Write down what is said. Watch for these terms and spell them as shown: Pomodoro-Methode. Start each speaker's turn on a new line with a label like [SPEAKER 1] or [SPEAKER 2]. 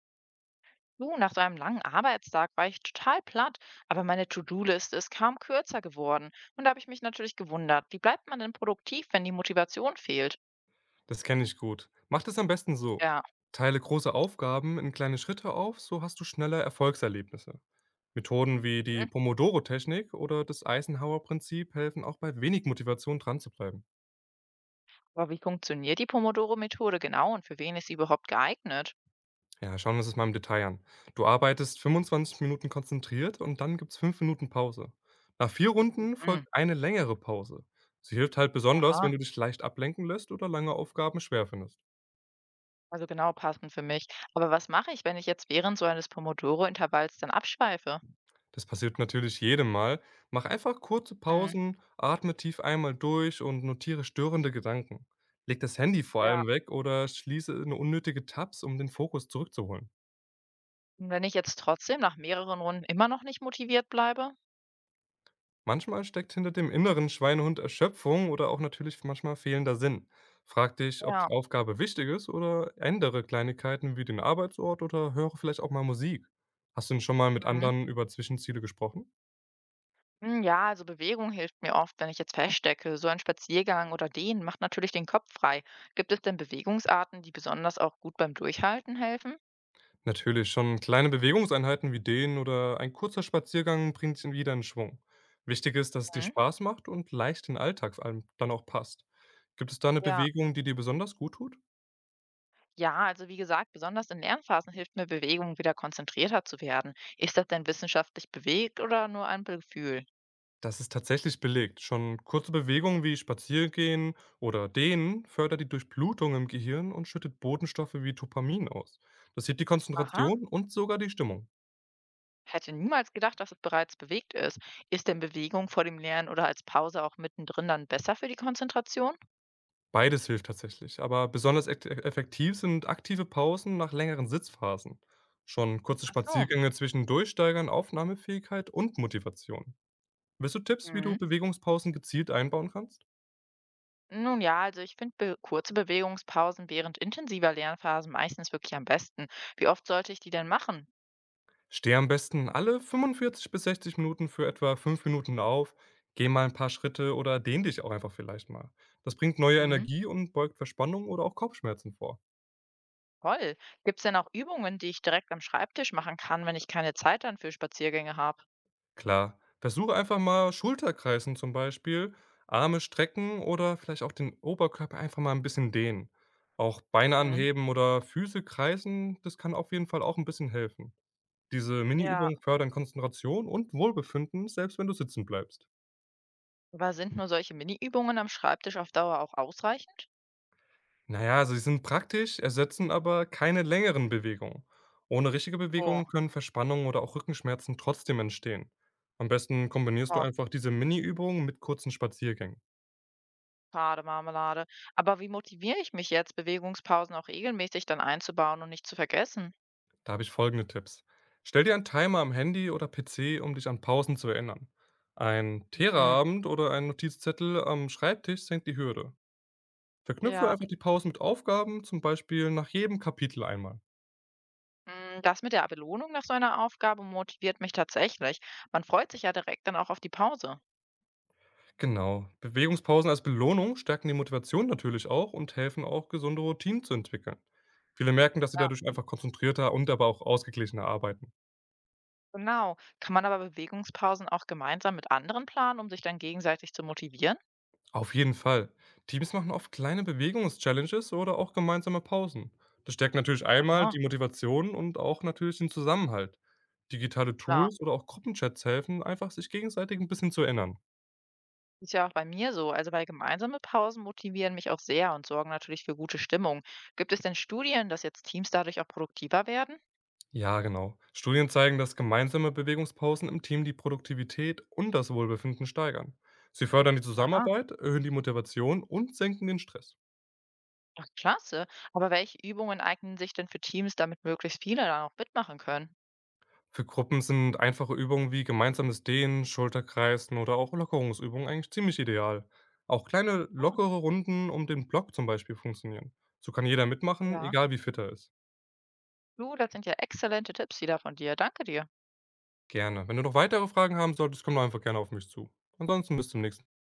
[SPEAKER 1] Du, nach so einem langen Arbeitstag war ich total platt, aber meine To-Do-Liste ist kaum kürzer geworden. Und da habe ich mich natürlich gewundert, wie bleibt man denn produktiv, wenn die Motivation fehlt?
[SPEAKER 2] Das kenne ich gut. Mach das am besten so.
[SPEAKER 1] Ja,
[SPEAKER 2] Teile große Aufgaben in kleine Schritte auf, so hast du schneller Erfolgserlebnisse. Methoden wie die Pomodoro-Technik oder das Eisenhower-Prinzip helfen auch bei wenig Motivation dran zu bleiben.
[SPEAKER 1] aber wie funktioniert die Pomodoro-Methode genau und für wen ist sie überhaupt geeignet?
[SPEAKER 2] Ja, schauen wir uns das mal im Detail an. Du arbeitest 25 Minuten konzentriert und dann gibt's 5 Minuten Pause. Nach vier Runden
[SPEAKER 1] Hm,
[SPEAKER 2] folgt eine längere Pause. Sie hilft halt besonders, wenn
[SPEAKER 1] aha,
[SPEAKER 2] du dich leicht ablenken lässt oder lange Aufgaben schwer findest.
[SPEAKER 1] also genau passend für mich. Aber was mache ich, wenn ich jetzt während so eines Pomodoro-Intervalls dann abschweife?
[SPEAKER 2] Das passiert natürlich jedem Mal. Mach einfach kurze
[SPEAKER 1] Hm,
[SPEAKER 2] Pausen, atme tief einmal durch und notiere störende Gedanken. Leg das Handy vor
[SPEAKER 1] ja,
[SPEAKER 2] allem weg oder schließe in unnötige Tabs, um den Fokus zurückzuholen.
[SPEAKER 1] und wenn ich jetzt trotzdem nach mehreren Runden immer noch nicht motiviert bleibe?
[SPEAKER 2] Manchmal steckt hinter dem inneren Schweinehund Erschöpfung oder auch natürlich manchmal fehlender Sinn. Frag dich, ob
[SPEAKER 1] Ja.
[SPEAKER 2] die Aufgabe wichtig ist oder ändere Kleinigkeiten wie den Arbeitsort oder höre vielleicht auch mal Musik. Hast du denn schon mal mit
[SPEAKER 1] Mhm.
[SPEAKER 2] anderen über Zwischenziele gesprochen?
[SPEAKER 1] Hm, ja, also Bewegung hilft mir oft, wenn ich jetzt feststecke. So ein Spaziergang oder Dehnen macht natürlich den Kopf frei. Gibt es denn Bewegungsarten, die besonders auch gut beim Durchhalten helfen?
[SPEAKER 2] Natürlich, schon kleine Bewegungseinheiten wie Dehnen oder ein kurzer Spaziergang bringt ihn wieder in Schwung. Wichtig ist, dass es dir
[SPEAKER 1] Mhm.
[SPEAKER 2] Spaß macht und leicht in den Alltag vor allem dann auch passt. Gibt es da eine
[SPEAKER 1] Ja,
[SPEAKER 2] Bewegung, die dir besonders gut tut?
[SPEAKER 1] ja, also wie gesagt, besonders in Lernphasen hilft mir Bewegung, wieder konzentrierter zu werden. Ist das denn wissenschaftlich bewegt oder nur ein Gefühl?
[SPEAKER 2] Das ist tatsächlich belegt. Schon kurze Bewegungen wie Spaziergehen oder Dehnen fördert die Durchblutung im Gehirn und schüttet Botenstoffe wie Dopamin aus. Das hebt die
[SPEAKER 1] Aha,
[SPEAKER 2] Konzentration und sogar die Stimmung.
[SPEAKER 1] hätte niemals gedacht, dass es bereits bewegt ist. Ist denn Bewegung vor dem Lernen oder als Pause auch mittendrin dann besser für die Konzentration?
[SPEAKER 2] Beides hilft tatsächlich, aber besonders ekt effektiv sind aktive Pausen nach längeren Sitzphasen. Schon kurze
[SPEAKER 1] Ach so.
[SPEAKER 2] Spaziergänge zwischendurch steigern Aufnahmefähigkeit und Motivation. Willst du Tipps, wie du Bewegungspausen gezielt einbauen kannst?
[SPEAKER 1] Nun ja, also ich finde be kurze Bewegungspausen während intensiver Lernphasen meistens wirklich am besten. Wie oft sollte ich die denn machen?
[SPEAKER 2] Steh am besten alle 45 bis 60 Minuten für etwa 5 Minuten auf, geh mal ein paar Schritte oder dehn dich auch einfach vielleicht mal. Das bringt neue
[SPEAKER 1] Mhm.
[SPEAKER 2] Energie und beugt Verspannung oder auch Kopfschmerzen vor.
[SPEAKER 1] Toll. Gibt es denn auch Übungen, die ich direkt am Schreibtisch machen kann, wenn ich keine Zeit dann für Spaziergänge habe?
[SPEAKER 2] Klar, versuche einfach mal Schulterkreisen zum Beispiel, Arme strecken oder vielleicht auch den Oberkörper einfach mal ein bisschen dehnen. Auch Beine
[SPEAKER 1] Mhm.
[SPEAKER 2] anheben oder Füße kreisen, das kann auf jeden Fall auch ein bisschen helfen. Diese
[SPEAKER 1] Ja,
[SPEAKER 2] Mini-Übungen fördern Konzentration und Wohlbefinden, selbst wenn du sitzen bleibst.
[SPEAKER 1] aber sind nur solche Mini-Übungen am Schreibtisch auf Dauer auch ausreichend?
[SPEAKER 2] Naja, also sie sind praktisch, ersetzen aber keine längeren Bewegungen. Ohne richtige Bewegungen
[SPEAKER 1] Oh,
[SPEAKER 2] können Verspannungen oder auch Rückenschmerzen trotzdem entstehen. Am besten kombinierst du
[SPEAKER 1] ach,
[SPEAKER 2] einfach diese Mini-Übungen mit kurzen Spaziergängen.
[SPEAKER 1] schade, Marmelade. Aber wie motiviere ich mich jetzt, Bewegungspausen auch regelmäßig dann einzubauen und nicht zu vergessen?
[SPEAKER 2] Da habe ich folgende Tipps. Stell dir einen Timer am Handy oder PC, um dich an Pausen zu erinnern. Ein
[SPEAKER 1] Mhm.
[SPEAKER 2] Teraabend oder ein Notizzettel am Schreibtisch senkt die Hürde. Verknüpfe
[SPEAKER 1] Ja,
[SPEAKER 2] einfach die Pausen mit Aufgaben, zum Beispiel nach jedem Kapitel einmal.
[SPEAKER 1] Mm, das mit der Belohnung nach so einer Aufgabe motiviert mich tatsächlich. Man freut sich ja direkt dann auch auf die Pause.
[SPEAKER 2] Genau. Bewegungspausen als Belohnung stärken die Motivation natürlich auch und helfen auch, gesunde Routinen zu entwickeln. Viele merken, dass sie
[SPEAKER 1] Ja.
[SPEAKER 2] dadurch einfach konzentrierter und aber auch ausgeglichener arbeiten.
[SPEAKER 1] Genau. Kann man aber Bewegungspausen auch gemeinsam mit anderen planen, um sich dann gegenseitig zu motivieren?
[SPEAKER 2] Auf jeden Fall. Teams machen oft kleine Bewegungschallenges oder auch gemeinsame Pausen. Das stärkt natürlich einmal
[SPEAKER 1] Aha,
[SPEAKER 2] die Motivation und auch natürlich den Zusammenhalt. Digitale
[SPEAKER 1] klar.
[SPEAKER 2] Tools oder auch Gruppenchats helfen, einfach sich gegenseitig ein bisschen zu erinnern.
[SPEAKER 1] Ist ja auch bei mir so. Also bei gemeinsame Pausen motivieren mich auch sehr und sorgen natürlich für gute Stimmung. Gibt es denn Studien, dass jetzt Teams dadurch auch produktiver werden?
[SPEAKER 2] Ja, genau. Studien zeigen, dass gemeinsame Bewegungspausen im Team die Produktivität und das Wohlbefinden steigern. Sie fördern die
[SPEAKER 1] Aha,
[SPEAKER 2] Zusammenarbeit, erhöhen die Motivation und senken den Stress.
[SPEAKER 1] ach, klasse. Aber welche Übungen eignen sich denn für Teams, damit möglichst viele dann auch mitmachen können?
[SPEAKER 2] Für Gruppen sind einfache Übungen wie gemeinsames Dehnen, Schulterkreisen oder auch Lockerungsübungen eigentlich ziemlich ideal. Auch kleine
[SPEAKER 1] Ah,
[SPEAKER 2] lockere Runden um den Block zum Beispiel funktionieren. So kann jeder mitmachen,
[SPEAKER 1] ja.
[SPEAKER 2] egal wie fit er ist.
[SPEAKER 1] Du, das sind ja exzellente Tipps, die da von dir. Danke dir.
[SPEAKER 2] Gerne. Wenn du noch weitere Fragen haben solltest, komm doch einfach gerne auf mich zu. Ansonsten bis zum nächsten Mal.